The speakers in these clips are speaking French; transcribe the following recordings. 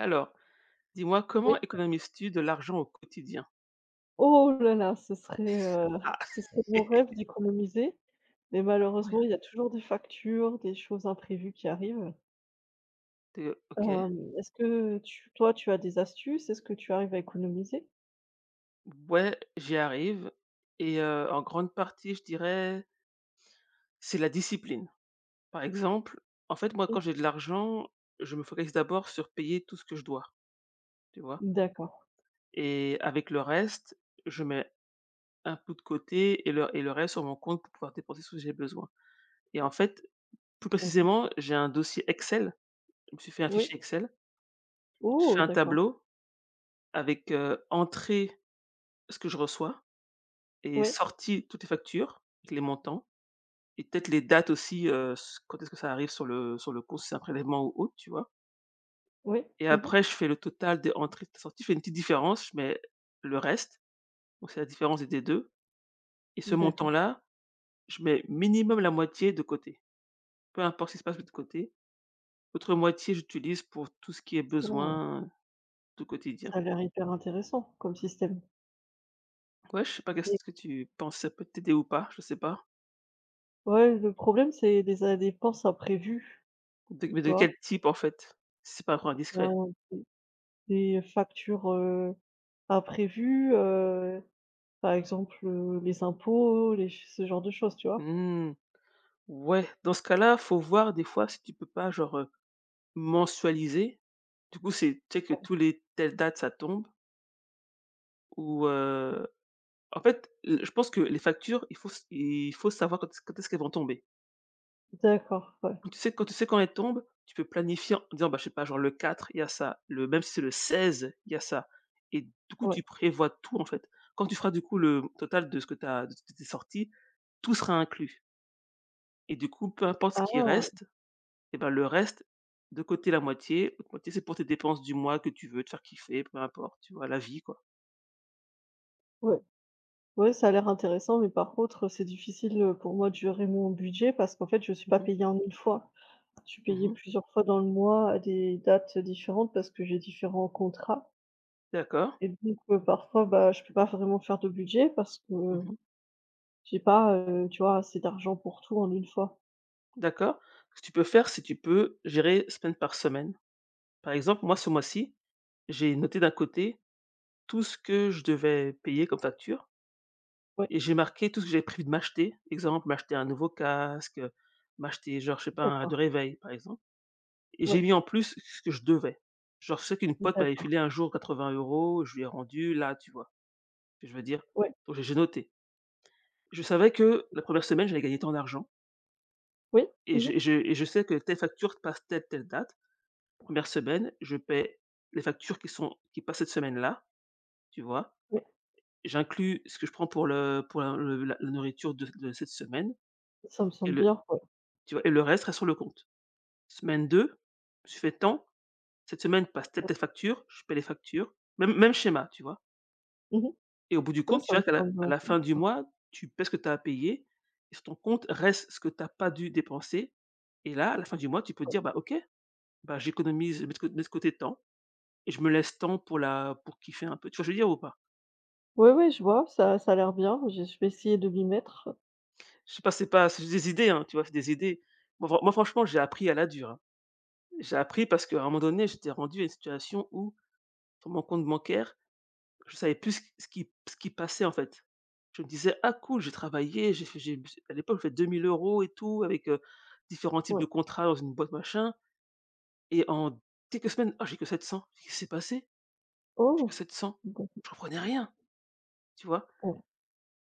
Alors, dis-moi Oui. comment économises-tu de l'argent au quotidien? Oh là là, Ah, ce serait mon rêve d'économiser, mais ah ouais, malheureusement, il y a toujours des factures, des choses imprévues qui arrivent. tu OK. Est-ce que tu toi, tu as des astuces? Est-ce que tu arrives à économiser? Ouais, j'y arrive et en grande partie, je dirais, c'est la discipline. Par exemple, en fait, moi, Mmh. quand j'ai de l'argent, je me focalise d'abord sur payer tout ce que je dois, tu vois? D'accord, Et avec le reste, je mets un peu de côté et le reste sur mon compte pour pouvoir dépenser ce que j'ai besoin. Et en fait, plus d'accord. précisément, j'ai un dossier Excel. Je me suis fait un Oui. fichier Excel. Je fais Oh! un D'accord. tableau avec, entrée, ce que je reçois, et Oui, sorti, toutes les factures, avec les montants et peut-être les dates aussi, s quand est-ce que ça arrive sur le compte, si c'est un prélèvement ou autre, tu vois? oui. Et Mmh. après je fais le total des entrées et des sorties, je fais une petite différence, je mets le reste, donc c'est la différence des deux, et ce D'accord. montant-là, je mets minimum la moitié de côté. Peu importe ce qui se passe de l'autre côté, l'autre moitié j'utilise pour tout ce qui est Ça, besoin du quotidien. ça a l'air hyper intéressant comme système. Ouais, je sais pas Mais qu'est-ce que tu penses, ça peut t'aider ou pas? Je sais pas. ouais, le problème, c'est des a dépenses imprévues, De mais tu de quel vois? type en fait? Si c'est pas trop indiscret? Des factures, imprévues. Par exemple, les impôts, les ch ce genre de choses, tu vois? Mmh. Ouais, dans ce cas-là, faut voir des fois si tu peux pas genre, mensualiser. Du coup, c'est tu sais que tous les telle date ça tombe ou, en fait, l je pense que les factures, il faut savoir quand est-ce qu'elles vont tomber. D'accord, ouais, Quand tu sais quand elles tombent, tu peux planifier en disant, bah, je sais pas, genre le 4, il y a ça, le même si c'est le 16, il y a ça, et du coup, ouais. tu prévois tout, en fait. Quand tu feras du coup le total de ce que tu as, de ce que tu sorti, tout sera inclus et du coup, peu importe ce qui Ah! reste. Et ben, le reste, de côté la moitié, l'autre moitié, c'est pour tes dépenses du mois que tu veux te faire kiffer, peu importe, tu vois? La vie, quoi. Ouais, ouais, ça a l'air intéressant, mais par contre, c'est difficile, pour moi de gérer mon budget parce qu'en fait, je suis pas Mmh mh. payée en une fois. Je suis payée Mmh. plusieurs fois dans le mois à des dates différentes parce que j'ai différents contrats D'accord. et donc parfois, bah, je peux pas vraiment faire de budget parce que Mmh. j'ai pas, tu vois, assez d'argent pour tout en une fois. D'accord. Ce que tu peux faire, c'est tu peux gérer semaine. Par exemple, moi, ce mois-ci, j'ai noté d'un côté tout ce que je devais payer comme facture Ouais, et j'ai marqué tout ce que j'avais prévu de m'acheter. Exemple, m'acheter un nouveau casque, m'acheter genre, je sais pas, un d'accord, de réveil, par exemple, et j'ai ouais, mis en plus ce que je devais. Genre, je sais qu'une pote m'avait d'accord, filé un jour 80 €, je lui ai rendu, là, tu vois? Je veux dire, ouais. donc j'ai noté. Je savais que la première semaine, j'allais gagner tant d'argent, Oui, mmh et mh, je et je et je sais que telle facture passe telle, telle date. Première semaine, je paie les factures qui passent cette semaine-là, tu vois? oui, J'inclus ce que je prends pour le pour la le la la nourriture de cette semaine ça me et semble le bien, ouais, tu vois? Et le reste reste sur le compte. Semaine 2, je fais tant, cette semaine passe telle, ouais. telle facture, je paie les factures. Même schéma, tu vois? Mmh mh. Et au bout du Ouais, compte, tu ça me verras qu'à la semble à la fin du intéressant. mois, tu paies ce que tu as à payer et sur ton compte reste ce que tu as pas dû dépenser, et là, à la fin du mois, tu peux te dire: «Bah, OK, bah, j'économise, je mets de cô mets de côté temps et je me laisse temps pour kiffer un peu». Tu vois ce que je veux dire ou pas? Oui, oui, je vois, ça a l'air bien. Je vais essayer de m'y mettre. Je sais pas, c'est juste des idées, hein, tu vois? C'est des idées. Moi franchement, j'ai appris à la dure, hein. J'ai appris parce qu'à un moment donné, j'étais rendu à une situation où sur mon compte bancaire, je savais plus ce qui passait, en fait. Je me disais: «Ah cool, j'ai travaillé, j'ai fait j'ai à l'époque, je faisais 2 000 € et tout avec, différents types de Ouais. contrats dans une boîte machin, et en quelques semaines: «Ah j'ai que sept cents, quest qu'est-ce qui s'est passé? J'ai Oh! que sept cents». D'accord. Je comprenais rien, tu vois? Ouais.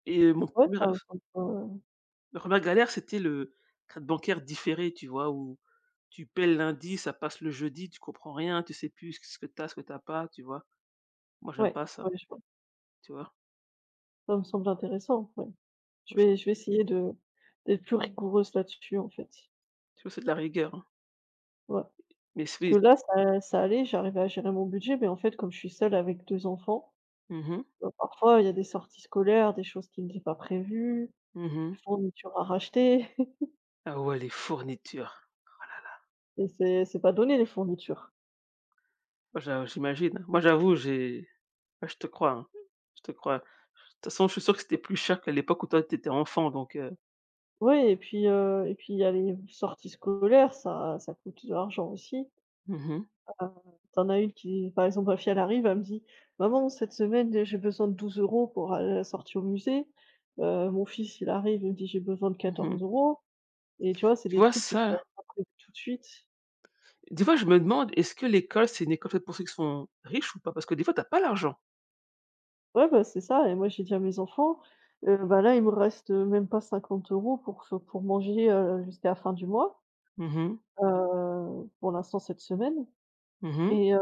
Et heu, mon Ouais, 1 ça me semble, heu, ma première galère, c'était le carte bancaire différé, tu vois? Où tu paies le lundi, ça passe le jeudi, tu comprends rien, tu sais plus ce que t'as, ce que t'as pas, tu vois? Moi j'aime ouais, pas ouais, ça, je vois. tu vois? Ça me semble intéressant, ouais. Moi Je je vais je vais essayer de d'être plus rigoureuse là-dessus, en fait. Tu vois, c'est de la rigueur, hein. Ouais. Mais Parce que c'est là, ça allait, j'arrivais à gérer mon budget, mais en fait, comme je suis seule avec 2 enfants, mmh mh. bah, parfois, il y a des sorties scolaires, des choses qui n'étaient pas prévues, des Mmh. fournitures à racheter Ah ouais, les fournitures. et c'est pas donné, les fournitures. Moi, j'imagine. Moi, j'avoue, j'ai ouais, je te crois, hein, je te crois. De toute façon, je suis sûr que c'était plus cher qu'à l'époque où toi, tu étais enfant, donc Ouais, et puis, il y a les sorties scolaires, ça coûte de l'argent aussi. mmh mh, Heu, Tu as une qui par exemple ma fille elle arrive, elle me dit: «Maman, cette semaine, j'ai besoin de 12 € pour aller à la sortie au musée». Mon fils il arrive, il me dit: «J'ai besoin de 14 mmh. euros Et tu vois? C'est Tu des vois trucs que tu as ça? pas prévus tout de suite. Des fois, je me demande, est-ce que l'école, c'est une école faite pour ceux qui sont riches ou pas? Parce que des fois, t'as pas l'argent. Ouais, bah, c'est ça, et moi j'ai dit à mes enfants: «Bah, là il me reste même pas 50 € pour manger, jusqu'à la fin du mois, Mhm heu, pour l'instant cette semaine.» mhm. Mmh. Et heu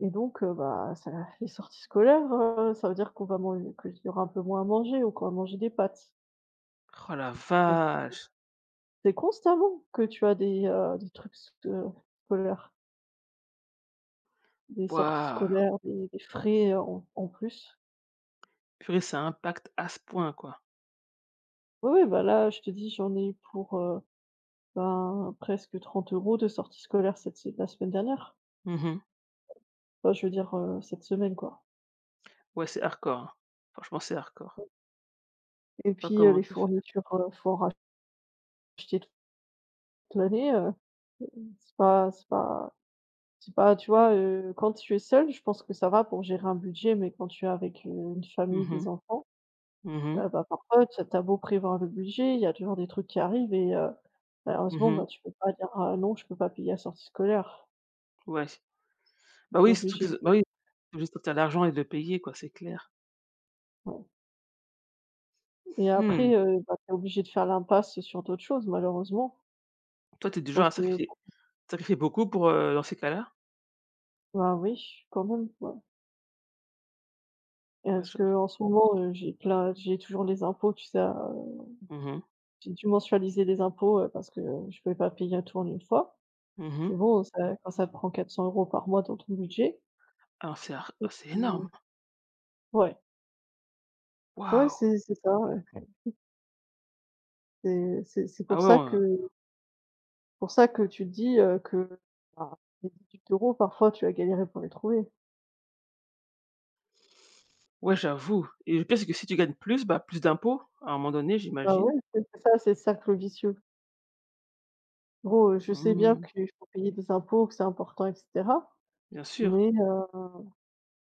et donc bah, ça les sorties scolaires, ça veut dire qu'on va manger que qu'il y aura un peu moins à manger ou qu'on va manger des pâtes. Oh la Donc vache! c'est constamment que tu as des, trucs sc scolaires, des sorties Waouh! scolaires, des frais, en plus. Purée, ça impacte à ce point, quoi. Oui, oui, bah, là, je te dis, j'en ai eu pour, ben, presque 30 € de sorties scolaires cette se la semaine dernière. Mhm. Enfin, je veux dire, cette semaine, quoi. Ouais, c'est hardcore, hein. Franchement, c'est hardcore. Et Pas puis, comment les tu fais. fournitures, faut en racheter toute l'année. C'est pas c'est pas C'est pas, tu vois, quand tu es seul, je pense que ça va pour gérer un budget, mais quand tu es avec, une famille, Mhm des enfants, mhm mhm. Bah, parfois tu as beau prévoir le budget, il y a toujours des trucs qui arrivent et malheureusement, bah, tu peux pas dire: «Ah non, je peux pas payer la sortie scolaire». Ouais. Bah Tu oui, es surtout obligé que z bah de, oui, tu juste quand tu as l'argent et de le payer quoi, c'est clair. ouais, et après, Mmh. Bah, tu es obligé de faire l'impasse sur d'autres choses, malheureusement. Toi, tu es Je du genre pense à que sacrifier beaucoup pour, dans ces cas-là? bah, oui, quand même, ouais, et Ouais, parce que j'av en ce moment, j'ai toujours les impôts, tu sais, à, mmh mh. j'ai dû mensualiser les impôts, parce que je pouvais pas payer à tout en une fois. Mmh mh. Bon, ça quand ça prend 400 € par mois dans ton budget, toi C'est énorme. tu, ouais, ouais, Waouh! c'est ça, ouais. C'est Ah pour ouais, ça que on Pour ça que tu te dis, que, bah, les 18 € parfois tu vas galérer pour les trouver. ouais, j'avoue, et le pire, c'est que si tu gagnes plus, bah, plus d'impôts à un moment donné, Bah, ouais, j'imagine? c'est ça, c'est le cercle vicieux. Bon, je sais bien Mmh, qu'il faut payer des impôts, que c'est important, et cetera, bien sûr. mais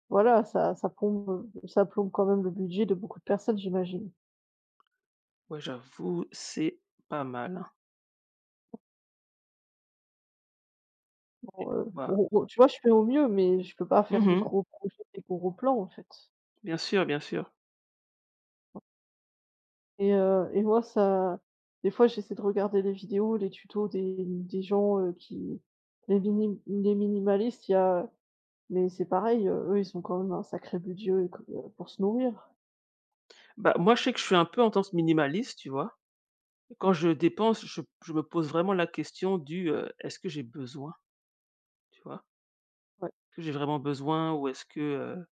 voilà, ça plombe quand même le budget de beaucoup de personnes, j'imagine. Ouais, j'avoue, c'est pas mal, hein. Bon, Bah on tu vois, je fais au mieux, mais je peux pas faire mmh des mh. gros projets, des gros plans, en fait. Bien sûr, bien sûr. Et moi ça des fois j'essaie de regarder les vidéos, les tutos des gens, qui les minimalistes, il y a, mais c'est pareil, eux, ils ont quand même un sacré budget, pour se nourrir. Bah, moi, je sais que je suis un peu en tendance minimaliste, tu vois? Quand je dépense, je me pose vraiment la question du, «Est-ce que j'ai besoin?» Tu vois? Ouais, Est-ce que j'ai vraiment besoin ou est-ce que, heu,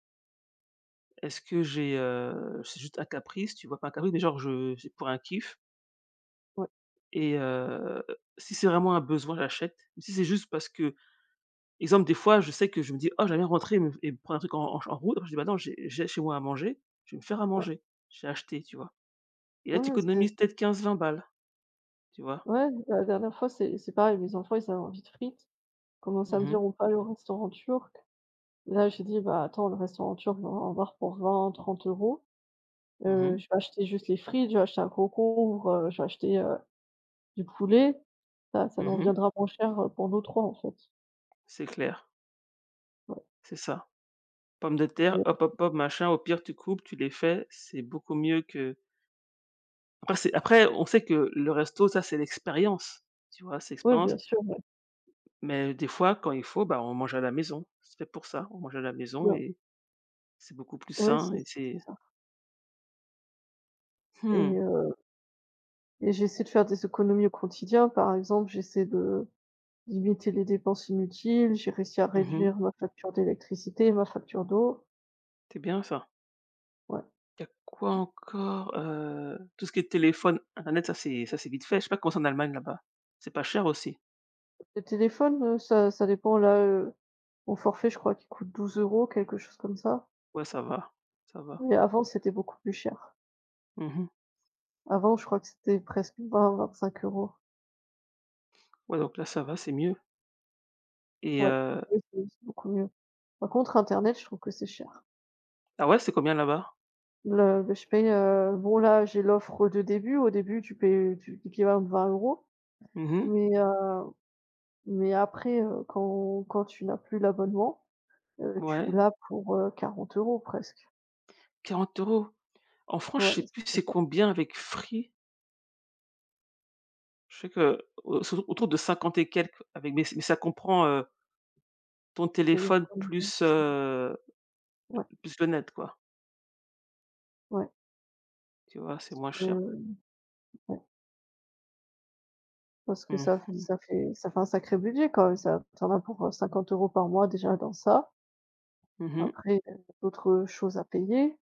est-ce que j'ai, heu, c'est juste un caprice, tu vois? Pas un caprice, mais genre je c'est pour un kiff, ouais, et si c'est vraiment un besoin, j'achète. Mais si c'est juste parce que, exemple, des fois, je sais que je me dis: «Oh, j'aimerais bien rentrer et prendre un truc en route». Après, je dis: «Bah non, j'ai chez moi à manger, je vais me faire à ouais. manger». J'ai acheté, tu vois? Et là, tu Ouais, c'est économises peut-être quinze vingt balles, tu vois? ouais, la dernière fois, c'est pareil, mes enfants, ils avaient envie de frites, commencent à Mmh me mh, dire: «On peut aller au restaurant turc». Là, j'ai dit: «Bah, attends, le restaurant turc, on va en voir pour vingt, trente euros. Mmh Je vais acheter juste les frites, je vais acheter un concombre, je vais acheter du poulet, ça nous mmh. reviendra moins cher, pour nous 3 en fait.» C'est clair, Ouais, c'est ça. Pommes de terre, mais hop, hop, hop, machin, au pire, tu coupes, tu les fais, c'est beaucoup mieux que. Après on sait que le resto ça c'est l'expérience, tu vois? C'est ouais, bien l'expérience, sûr, ouais, mais des fois quand il faut, bah, on mange à la maison. C'est fait pour ça, on mange à la maison voilà. et c'est beaucoup plus Ouais, sain, c'est et c'est c'est ça. et hmm, heu et j'essaie de faire des économies au quotidien. Par exemple, j'essaie de limiter les dépenses inutiles, j'ai réussi à mmh, réduire mmh, ma facture d'électricité, ma facture d'eau. c'est bien ça. Ouais. Il y a quoi encore? Tout ce qui est téléphone, internet, ça c'est vite fait. Je sais pas comment c'est en Allemagne là-bas. C'est pas cher aussi? Le téléphone, ça dépend là, mon forfait, je crois qu'il coûte 12 euros, quelque chose comme ça, Ouais ça va, ça va. mais avant, c'était beaucoup plus cher. Mmh. Avant, je crois que c'était presque vingt, vingt-cinq euros. Ouais donc là ça va, c'est mieux et Ouais, oui, c'est beaucoup mieux. Par contre, internet, je trouve que c'est cher. ah ouais, c'est combien là-bas? Je paye, bon là, j'ai l'offre de début. Au début, tu payes 20 €, Mmh. mais mais après, quand tu n'as plus l'abonnement, tu Ouais, l'as pour, 40 € presque. 40 euros. En France, je Ouais, sais plus c'est c'est bon. combien avec Free? Je sais que, au surtout autour de 50 et quelques, avec, mais ça comprend, ton téléphone Téléphone, plus, c'est ouais, plus le net quoi, ouais, tu vois? C'est moins que cher. ouais, parce que Mmh ça fait mh. ça fait ça fait un sacré budget quand même, ça. T'en en as pour, 50 € par mois déjà dans ça. Mmh. Après, d'autres choses à payer,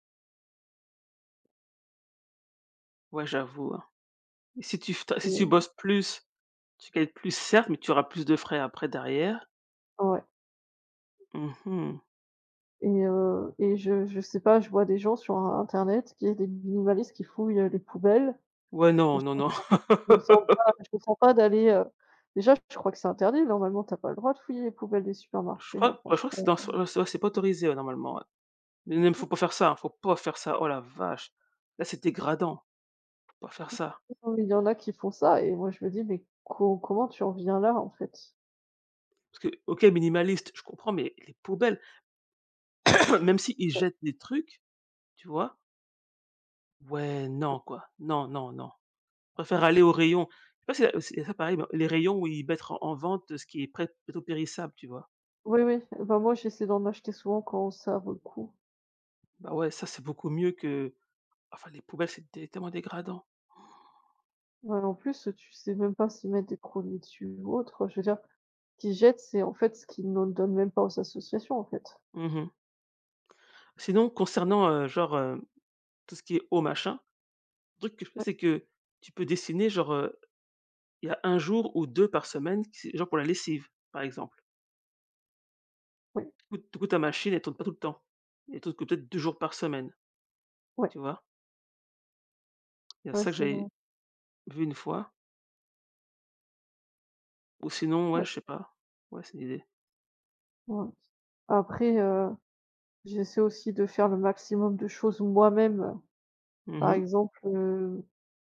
Ouais, j'avoue, hein. Et si tu f si tu et bosses plus, tu gagnes plus certes, mais tu auras plus de frais après derrière. ouais. Mmh. Et je sais pas, je vois des gens sur internet qui est des minimalistes qui fouillent, les poubelles Ouais, et non, non, non. Je me sens pas je me sens pas d'aller, déjà je crois que c'est interdit normalement, t'as pas le droit de fouiller les poubelles des Je supermarchés, crois hein, ouais, je crois que c'est dans franchement. Ouais, c'est pas autorisé, ouais, normalement, ouais. Mais même faut pas faire ça, hein, faut pas faire ça. Oh la vache! Là, c'est dégradant, faut pas faire ça. Oui, il y en a qui font ça et moi je me dis: «Mais co comment tu en viens là, en fait?» Parce que OK, minimaliste, je comprends, mais les poubelles, même s'ils Ouais. jettent des trucs, tu vois? Ouais, non, quoi. Non, non, non. Je préfère aller au rayon. Je sais pas si c'est ça pareil, mais les rayons où ils mettent en vente ce qui est prêt plutôt périssable, tu vois? Oui, oui, bah, moi j'essaie d'en acheter souvent quand ça vaut le coup. Bah, ouais, ça, c'est beaucoup mieux que, enfin, les poubelles, c'est dé tellement dégradant. Ouais, en plus, tu sais même pas s'ils mettent des produits dessus ou autre, je veux dire, ce qu'ils jettent, c'est en fait ce qu'ils ne donnent même pas aux associations, en fait. Mmh. Sinon, concernant, genre, tout ce qui est eau, machin, le truc que je fais, Oui. c'est que tu peux dessiner, genre, il y a un jour ou 2 par semaine, qui c'est genre pour la lessive, par exemple. Ouais. Du coup, ta machine, elle tourne pas tout le temps. Elle tourne que peut-être 2 jours par semaine, Ouais, tu vois? Il y a ouais, ça que c'est vrai. j'avais vu une fois, ou sinon, ouais, Ouais, je sais pas. Ouais, c'est l'idée idée. ouais. Après, j'essaie aussi de faire le maximum de choses moi-même. Mmh Par mh. exemple,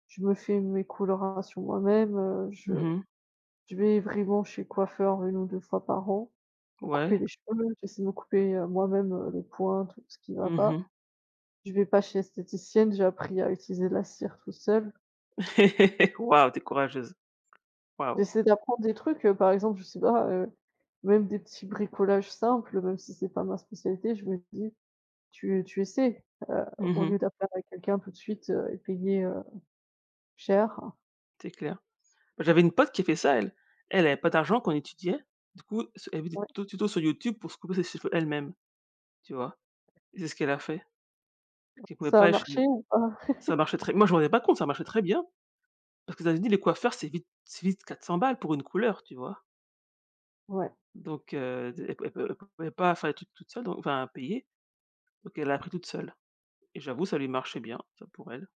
je me fais mes colorations moi-même, je Mmh mh. je vais vraiment chez le coiffeur une ou 2 fois par an pour Ouais. couper les cheveux. J'essaie de me couper, moi-même, les points, tout ce qui va Mmh mh. pas. Je vais pas chez l'esthéticienne, j'ai appris à utiliser la cire tout seul. Waouh, tu es courageuse. Waouh. J'essaie d'apprendre des trucs, par exemple, je sais pas, même des petits bricolages simples, même si c'est pas ma spécialité, je me dis: tu essaies, Mmh au mh. lieu d'affaire à quelqu'un tout de suite, et payer, cher. C'est clair. Bah, j'avais une pote qui a fait ça, elle. Elle avait pas d'argent quand elle étudiait. Du coup, s elle vit des Ouais. Tutos sur YouTube pour se couper ses cheveux elle-même, tu vois? Et c'est ce qu'elle a fait. Parce qu'elle pouvait Ça pas a aller marché chez, ou pas? ça marchait très moi, je me rendais pas compte, ça marchait très bien. Parce qu'aux États-Unis, les coiffeurs, c'est vite 400 balles pour une couleur, tu vois? Ouais. Donc d elle pou elle pou elle pouvait pas faire les trucs toute seule, donc enfin payer, donc elle a appris toute seule. Et j'avoue, ça lui marchait bien, ça, pour elle.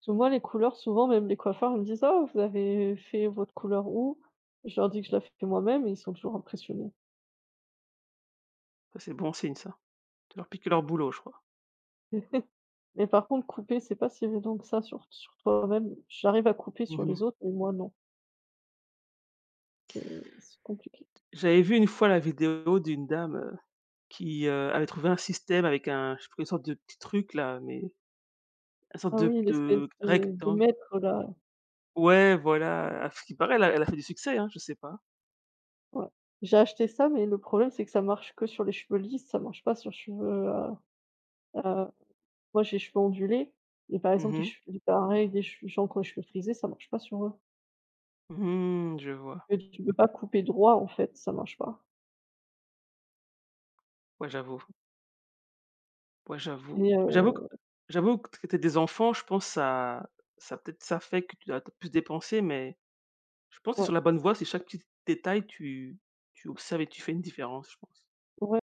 Parce que moi les couleurs souvent même les coiffeurs ils me disent: «Ah vous avez fait votre couleur où?» Je leur dis que je la fais moi-même et ils sont toujours impressionnés. Ça, c'est bon signe, ça. De leur piquer leur boulot, je crois. Mais par contre couper, c'est pas si évident que ça sur toi-même. J'arrive à couper sur Mmh. les autres, mais moi non, c'est c'est compliqué. J'avais vu une fois la vidéo d'une dame, qui, avait trouvé un système avec un je sais plus, une sorte de petit truc là, mais une sorte Ah de oui, l'espèce de de rectangle. mètre là, Ouais, voilà, à ce qui paraît, elle a fait du succès, hein, je sais pas. ouais. J'ai acheté ça, mais le problème c'est que ça marche que sur les cheveux lisses, ça marche pas sur cheveux, heu moi, j'ai les cheveux ondulés et par Mmh exemple, les mh. cheveux pareil, des che gens qui ont les cheveux frisés, ça marche pas sur eux. Mmh, je vois. Et tu peux pas couper droit, en fait, ça marche pas, Ouais, j'avoue. Ouais, j'avoue. et heu, J'avoue que tu es des enfants, je pense ça, ça peut-être ça fait que tu as plus dépensé, mais je pense que tu es sur ouais. la bonne voie, c'est chaque petit détail, tu observes et tu fais une différence, je pense. Ouais.